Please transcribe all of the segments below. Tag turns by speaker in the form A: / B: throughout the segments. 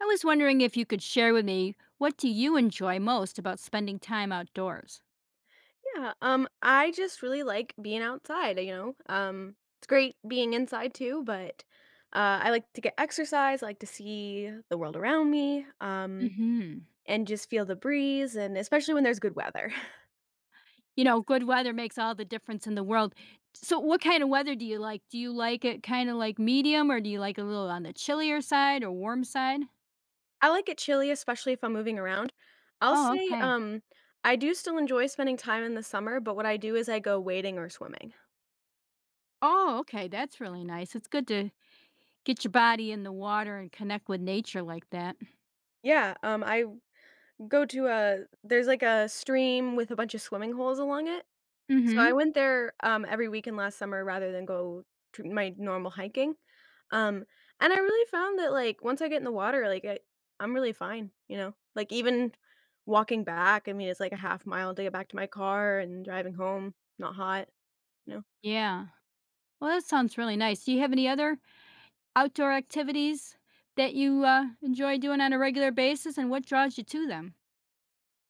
A: I was wondering if you could share with me, what do you enjoy most about spending time outdoors?
B: Yeah, I just really like being outside, you know? It's great being inside too, but I like to get exercise, I like to see the world around me,
A: Hmm.
B: and just feel the breeze, and especially when there's good weather.
A: You know, good weather makes all the difference in the world. So what kind of weather do you like? Do you like it kind of like medium, or do you like a little on the chillier side or warm side?
B: I like it chilly, especially if I'm moving around. I'll
A: Oh,
B: say,
A: okay.
B: I do still enjoy spending time in the summer, but what I do is I go wading or swimming.
A: Oh, okay. That's really nice. It's good to get your body in the water and connect with nature like that.
B: Yeah, I go to a there's like a stream with a bunch of swimming holes along it.
A: Mm.
B: So I
A: Mhm.
B: went there, every weekend last summer rather than go to my normal hiking, um, and I really found that, like, once I get in the water, like, I'm really fine, you know? Like, even walking back, I mean, it's like a half mile to get back to my car and driving home, not hot, you know?
A: Yeah. Well, that sounds really nice. Do you have any other outdoor activities that you enjoy doing on a regular basis, and what draws you to them?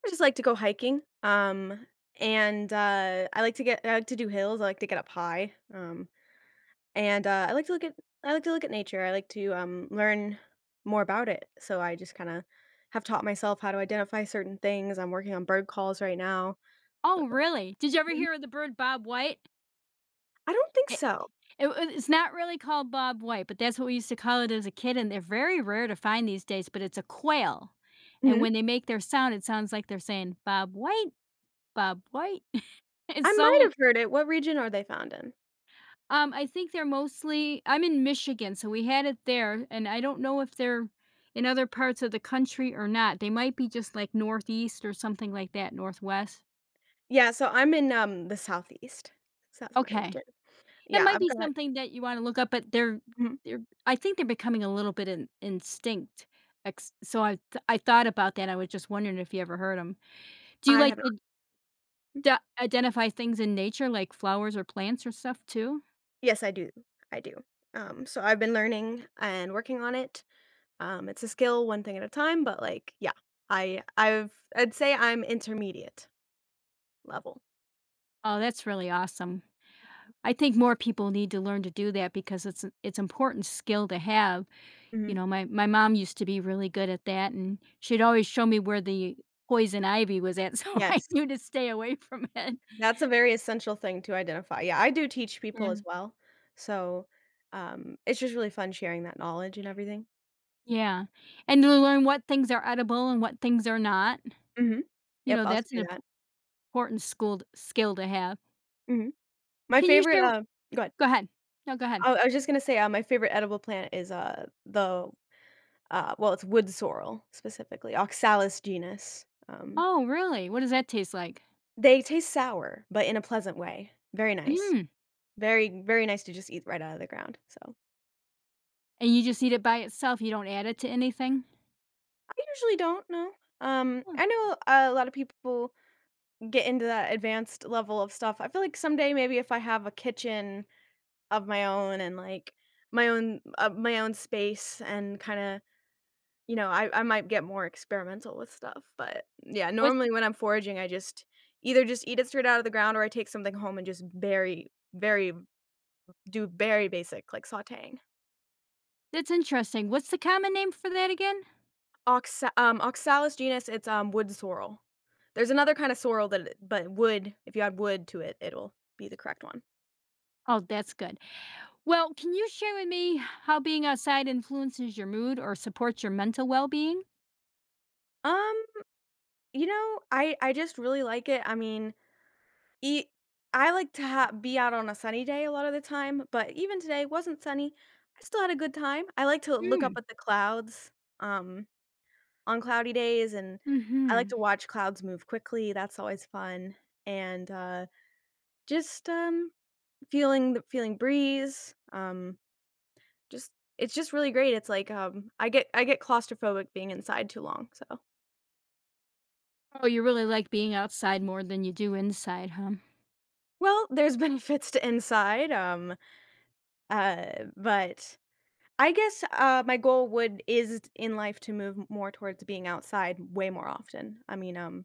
B: I just like to go hiking, and, I like to do hills, I like to get up high, And, I like to look at nature. I like to, learn more about it. So I just kinda have taught myself how to identify certain things. I'm working on bird calls right now.
A: Oh, really? Did you ever
B: Mhm.
A: hear of the bird Bob White?
B: I don't think
A: It,
B: so.
A: it's not really called Bob White, but that's what we used to call it as a kid. And they're very rare to find these days, but it's a quail. And
B: Mhm.
A: when they make their sound, it sounds like they're saying, Bob White, Bob White. It's
B: I
A: so—
B: might have heard it. What region are they found in?
A: I think they're mostly— I'm in Michigan, so we had it there, and I don't know if they're in other parts of the country or not. They might be just like northeast or something like that, northwest.
B: Yeah, so I'm in, the Southeast. So that's my
A: Okay.
B: region.
A: It
B: Yeah,
A: might
B: I've
A: be
B: got.
A: something that you wanna look up, but they're—
B: Mhm.
A: they're— I think they're becoming a little bit in instinct. Ex so I th I thought about that, I was just wondering if you ever heard them. Do you
B: I
A: like
B: have
A: to
B: not.
A: d identify things in nature, like flowers or plants or stuff too?
B: Yes, I do. I do. So I've been learning and working on it. It's a skill, one thing at a time, but, like, yeah, I'd say I'm intermediate. Level.
A: Oh, that's really awesome. I think more people need to learn to do that, because it's an— it's important skill to have. You
B: Mhm.
A: know, my mom used to be really good at that, and she'd always show me where the poison ivy was at, so I
B: Yes,
A: knew to stay away from it.
B: that's a very essential thing to identify. Yeah, I do teach people
A: Yeah.
B: as well, so, it's just really fun sharing that knowledge and everything.
A: Yeah, and to learn what things are edible and what things are not.
B: Mhm.
A: You
B: Yep,
A: know,
B: I also
A: that's an
B: do
A: imp—
B: that.
A: important schooled skill to have.
B: Mhm. My
A: Can you
B: favorite,
A: share—
B: go ahead.
A: Go ahead. No, go ahead.
B: I was just gonna say, my favorite edible plant is, the, well, it's wood sorrel, specifically, Oxalis genus.
A: Oh, really? What does that taste like?
B: They taste sour, but in a pleasant way. Very nice.
A: Mm,
B: Very, very nice to just eat right out of the ground, so
A: and you just eat it by itself, you don't add it to anything?
B: I usually don't know.
A: Huh.
B: I know a lot of people get into that advanced level of stuff. I feel like someday maybe if I have a kitchen of my own and like my own space and kind of, you know, I might get more experimental with stuff. But yeah,
A: What's—
B: normally when I'm foraging, I just either just eat it straight out of the ground or I take something home and just very very do very basic like sautéing.
A: That's interesting. What's the common name for that again?
B: Oxalis genus, it's, wood sorrel. There's another kind of sorrel that it but wood, if you add wood to it, it'll be the correct one.
A: Oh, that's good. Well, can you share with me how being outside influences your mood or supports your mental well being?
B: Um, you know, I just really like it. I mean, e I like to ha be out on a sunny day a lot of the time, but even today wasn't sunny. I still had a good time. I like to look up
A: Mm.
B: at the clouds, um, on cloudy days, and I
A: Hmm.
B: like to watch clouds move quickly, that's always fun, and, just, feeling the feeling breeze, Just it's just really great. It's like, I get claustrophobic being inside too long, so
A: Oh, you really like being outside more than you do inside, huh?
B: well, there's benefits to inside, uh, but I guess, my goal would is in life to move more towards being outside way more often. I mean,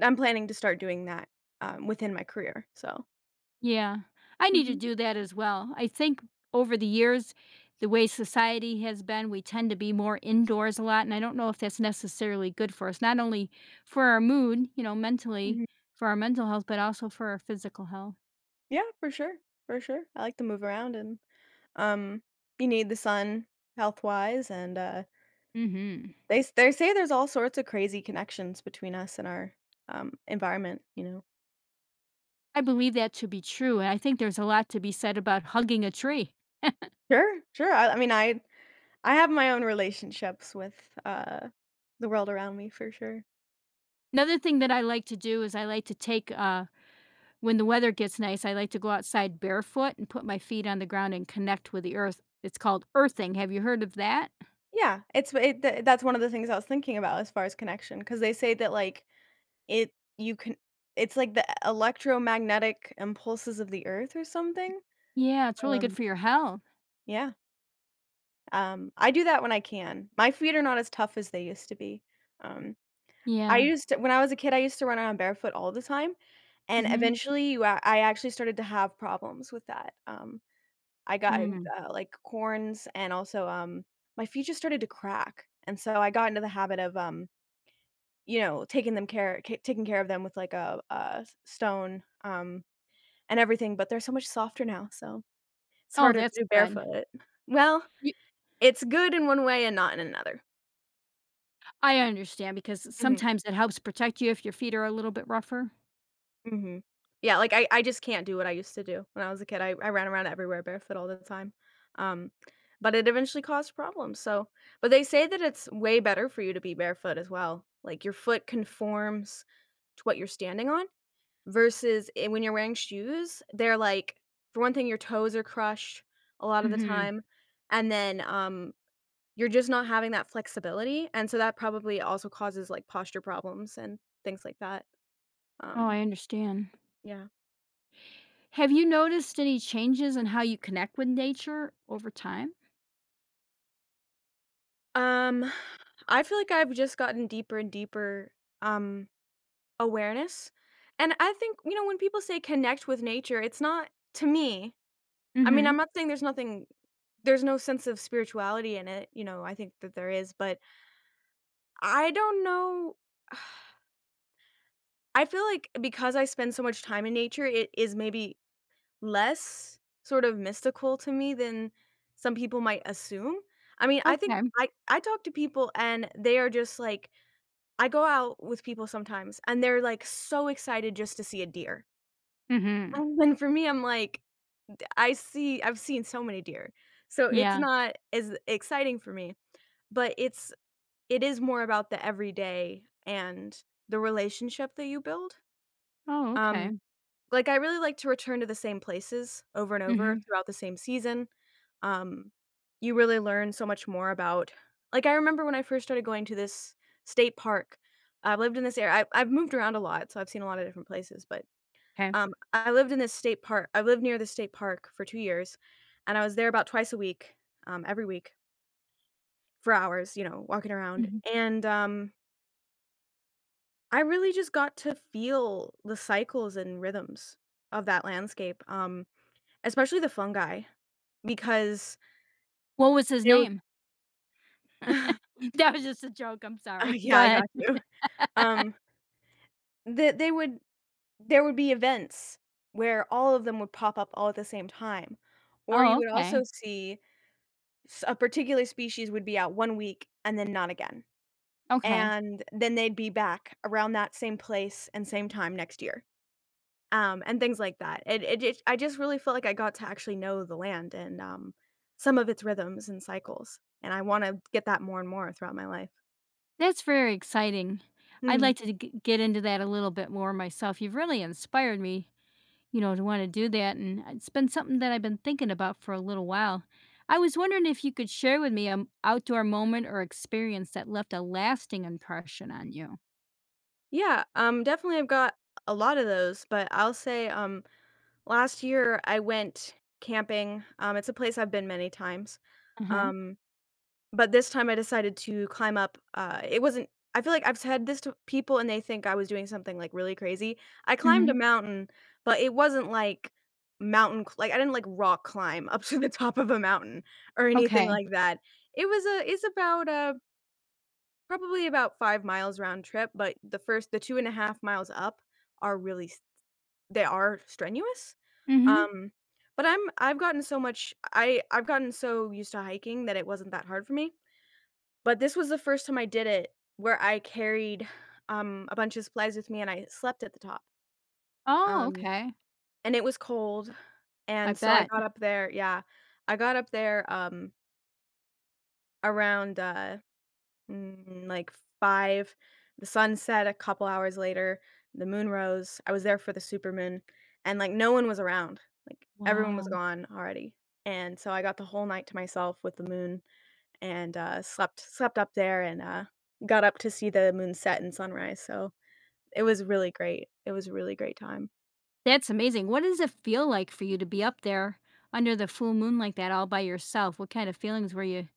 B: I'm planning to start doing that, within my career, so.
A: Yeah, I need to
B: Mhm,
A: do that as well. I think over the years, the way society has been, we tend to be more indoors a lot, and I don't know if that's necessarily good for us. Not only for our mood, you know, mentally,
B: mhm.
A: for our mental health, but also for our physical health.
B: Yeah, for sure, for sure. I like to move around and, um, you need the sun health-wise and,
A: Mm. Hmm.
B: They say there's all sorts of crazy connections between us and our, environment, you know?
A: I believe that to be true, and I think there's a lot to be said about hugging a tree.
B: Sure, sure, I mean, I have my own relationships with, the world around me for sure.
A: Another thing that I like to do is I like to take when the weather gets nice, I like to go outside barefoot and put my feet on the ground and connect with the earth. It's called earthing. Have you heard of that?
B: Yeah, it's it th that's one of the things I was thinking about as far as connection, because they say that, like, it you can it's like the electromagnetic impulses of the earth or something?
A: Yeah, it's really good
B: Um,
A: for your health.
B: yeah, I do that when I can. My feet are not as tough as they used to be. Um, I
A: Yeah.
B: used to when I was a kid, I used to run around barefoot all the time. And
A: Mhm.
B: eventually, you a I actually started to have problems with that, I got,
A: Mm.
B: like, corns and also, my feet just started to crack, and so I got into the habit of, you know, taking them care ca taking care of them with, like, a s stone, and everything, but they're so much softer now, so it's
A: Oh,
B: harder to
A: that's
B: do
A: good.
B: barefoot. Well,
A: You—
B: it's good in one way and not in another.
A: I understand, because
B: Mhm.
A: sometimes it helps protect you if your feet are a little bit rougher.
B: Mhm. Yeah, like, I just can't do what I used to do when I was a kid. I ran around everywhere barefoot all the time, um, but it eventually caused problems, so but they say that it's way better for you to be barefoot as well. Like, your foot conforms to what you're standing on versus I when you're wearing shoes, they're like, for one thing, your toes are crushed a lot of the
A: Mhm.
B: time, and then, you're just not having that flexibility, and so that probably also causes, like, posture problems and things like that,
A: Oh,
B: um,
A: I understand.
B: yeah.
A: Have you noticed any changes in how you connect with nature over time?
B: Um, I feel like I've just gotten deeper and deeper um awareness. And I think, you know, when people say connect with nature, it's not to me. I mean, I'm
A: Mhm.
B: not saying there's nothing there's no sense of spirituality in it, you know, I think that there is, but I don't know. I feel like because I spend so much time in nature, it is maybe less sort of mystical to me than some people might assume. I mean, I think
A: Okay.
B: I I talk to people and they are just like I go out with people sometimes, and they're, like, so excited just to see a deer,
A: Mhm.
B: and then for me, I'm like, I've seen so many deer, so it's
A: Yeah.
B: not as exciting for me, but it's it is more about the everyday and the relationship that you build,
A: Oh,
B: um
A: okay.
B: like, I really like to return to the same places over and over
A: Mhm.
B: throughout the same season. Um, you really learn so much more about, like, I remember when I first started going to this state park, I lived in this area I've moved around a lot, so I've seen a lot of different places, but,
A: 'Kay.
B: I lived in this state park I lived near this state park for 2 years, and I was there about twice a week, every week for hours, you know, walking around,
A: Mhm.
B: and, I really just got to feel the cycles and rhythms of that landscape, especially the fungi, because
A: What was his
B: they would
A: name? That was just a joke, I'm
B: Oh,
A: sorry.
B: yeah,
A: Go
B: I
A: ahead.
B: got you. Um, the they would there would be events where all of them would pop up all at the same time, or you
A: Oh,
B: would also
A: okay.
B: see s a particular species would be out 1 week and then not again,
A: Okay.
B: and then they'd be back around that same place and same time next year, and things like that. It just I just really felt like I got to actually know the land and, some of its rhythms and cycles, and I wanna get that more and more throughout my life.
A: That's very exciting. I'd
B: Mhm.
A: like to g get into that a little bit more myself. You've really inspired me, you know, to wanna do that, and it's been something that I've been thinking about for a little while. I was wondering if you could share with me an outdoor moment or experience that left a lasting impression on you.
B: Yeah, definitely I've got a lot of those, but I'll say, last year I went camping. It's a place I've been many times.
A: Uh-huh.
B: Um, but this time I decided to climb up, it wasn't I feel like I've said this to people and they think I was doing something, like, really crazy. I climbed
A: Mhm.
B: a mountain, but it wasn't like mountain cl like, I didn't, like, rock climb up to the top of a mountain or anything
A: Okay.
B: like that. It was a it's about, probably about 5 miles round trip, but the 2.5 miles up are really s they are strenuous,
A: Mhm.
B: um, but I've gotten so much I've gotten so used to hiking that it wasn't that hard for me, but this was the first time I did it where I carried, a bunch of supplies with me and I slept at the top,
A: Oh,
B: um,
A: okay.
B: and it was cold,
A: I
B: and so I
A: bet.
B: got up there. Yeah, I got up there, around, mm, like 5. The sun set a couple hours later, the moon rose. I was there for the supermoon, and, like, no one was around. Like, everyone was
A: Wow.
B: gone already, and so I got the whole night to myself with the moon and, slept up there and got up to see the moon set and sunrise, so it was really great. It was a really great time.
A: That's amazing. What does it feel like for you to be up there under the full moon like that all by yourself? What kind of feelings were you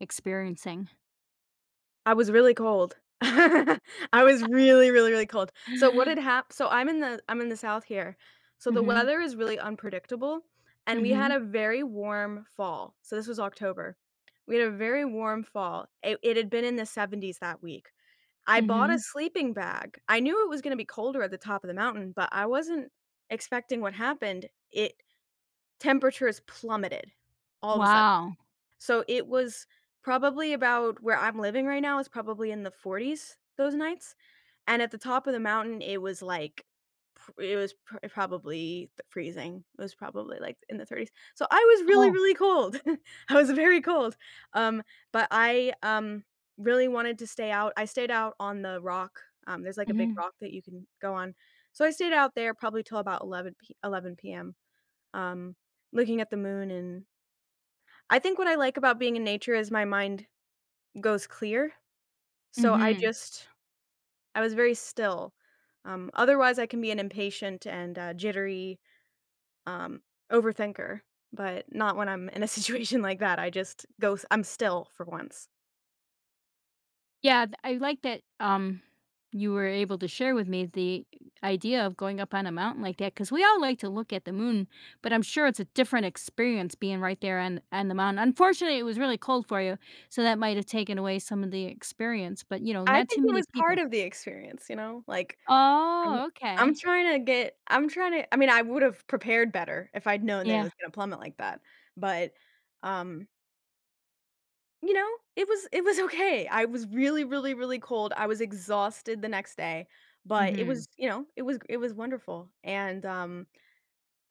A: experiencing?
B: I was really cold. I was really, really, really cold. So what had happened? So I'm in the South here. So the
A: Mhm.
B: weather is really unpredictable, and we had
A: Mhm.
B: a very warm fall. So this was October. We had a very warm fall. It had been in the 70s that week. I bought a
A: Mhm.
B: sleeping bag. I knew it was gonna be colder at the top of the mountain, but I wasn't expecting what happened. It Temperatures plummeted all of a sudden.
A: Wow.
B: So it was probably about where I'm living right now is probably in the 40s those nights, and at the top of the mountain, it was like pr it was pr probably th freezing. It was probably, like, in the 30s. So I was really,
A: Oh.
B: really cold. I was very cold, um, but I really wanted to stay out. I stayed out on the rock. There's, like, a big
A: Mhm.
B: rock that you can go on. So I stayed out there probably till about 11 p.m., um, looking at the moon. And I think what I like about being in nature is my mind goes clear, so
A: Mhm.
B: I was very still. Otherwise, I can be an impatient and jittery um, overthinker, but not when I'm in a situation like that. I just go s I'm still for once.
A: Yeah, I like that you were able to share with me the idea of going up on a mountain like that, because we all like to look at the moon, but I'm sure it's a different experience being right there on the mountain. Unfortunately, it was really cold for you, so that might have taken away some of the experience. But you know,
B: I
A: not too
B: think it
A: many
B: was part
A: people.
B: of the experience, you know? Like, I'm
A: Oh,
B: I'm
A: okay.
B: trying to get I'm trying to I mean, I would've prepared better if I'd known that it
A: Yeah.
B: was gonna plummet like that, but, um, you know, it was okay. I was really, really, really cold. I was exhausted the next day, but it
A: Mhm.
B: was, it was wonderful, and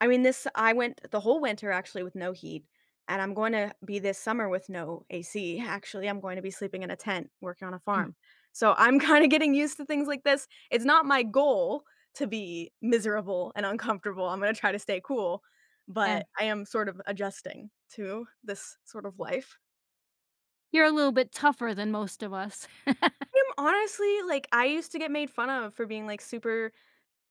B: I mean, this I went the whole winter actually with no heat, and I'm going to be this summer with no AC. Actually, I'm going to be sleeping in a tent, working on a
A: Mm.
B: farm. So I'm kind of getting used to things like this. It's not my goal to be miserable and uncomfortable. I'm going to try to stay cool,
A: Yeah.
B: but I am sort of adjusting to this sort of life.
A: You're a little bit tougher than most of us.
B: I'm honestly like I used to get made fun of for being like super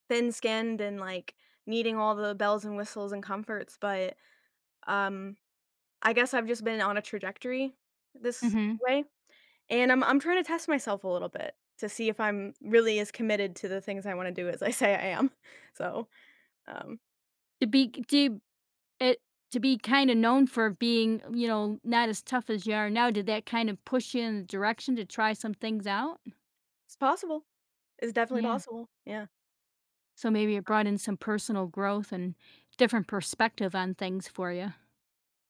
B: thin-skinned and like needing all the bells and whistles and comforts, but um I guess I've just been on a trajectory this
A: Hmm.
B: way, and I'm trying to test myself a little bit to see if I'm really as committed to the things I wanna do as I say I am. So, um,
A: To be do. It— To be kinda known for being, you know, not as tough as you are now, did that kind of push you in the direction to try some things out?
B: it's possible. It's definitely
A: Yeah.
B: possible. Yeah.
A: So maybe it brought in some personal growth and different perspective on things for you.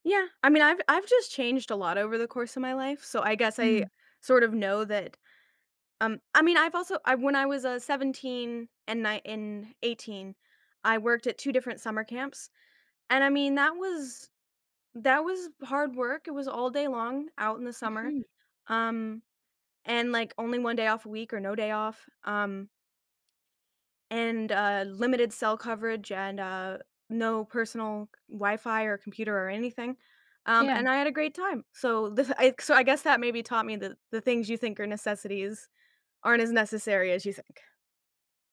B: Yeah. I mean, I've just changed a lot over the course of my life, so I guess I
A: Mm,
B: sort of know that, I mean, I've also I when I was, 17 and 18, I worked at 2 different summer camps, and I mean, that was hard work. It was all day long out in the summer,
A: mhm.
B: um, and, like, only 1 day off a week or no day off, and, limited cell coverage and no personal Wi-Fi or computer or anything,
A: Yeah.
B: and I had a great time. So this I so I guess that maybe taught me that the things you think are necessities aren't as necessary as you think.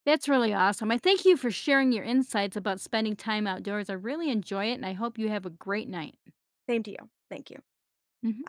A: That's really awesome. I thank you for sharing your insights about spending time outdoors. I really enjoy it, and I hope you have a great night.
B: Same to you. Thank you.
A: Mhm.
B: Bye.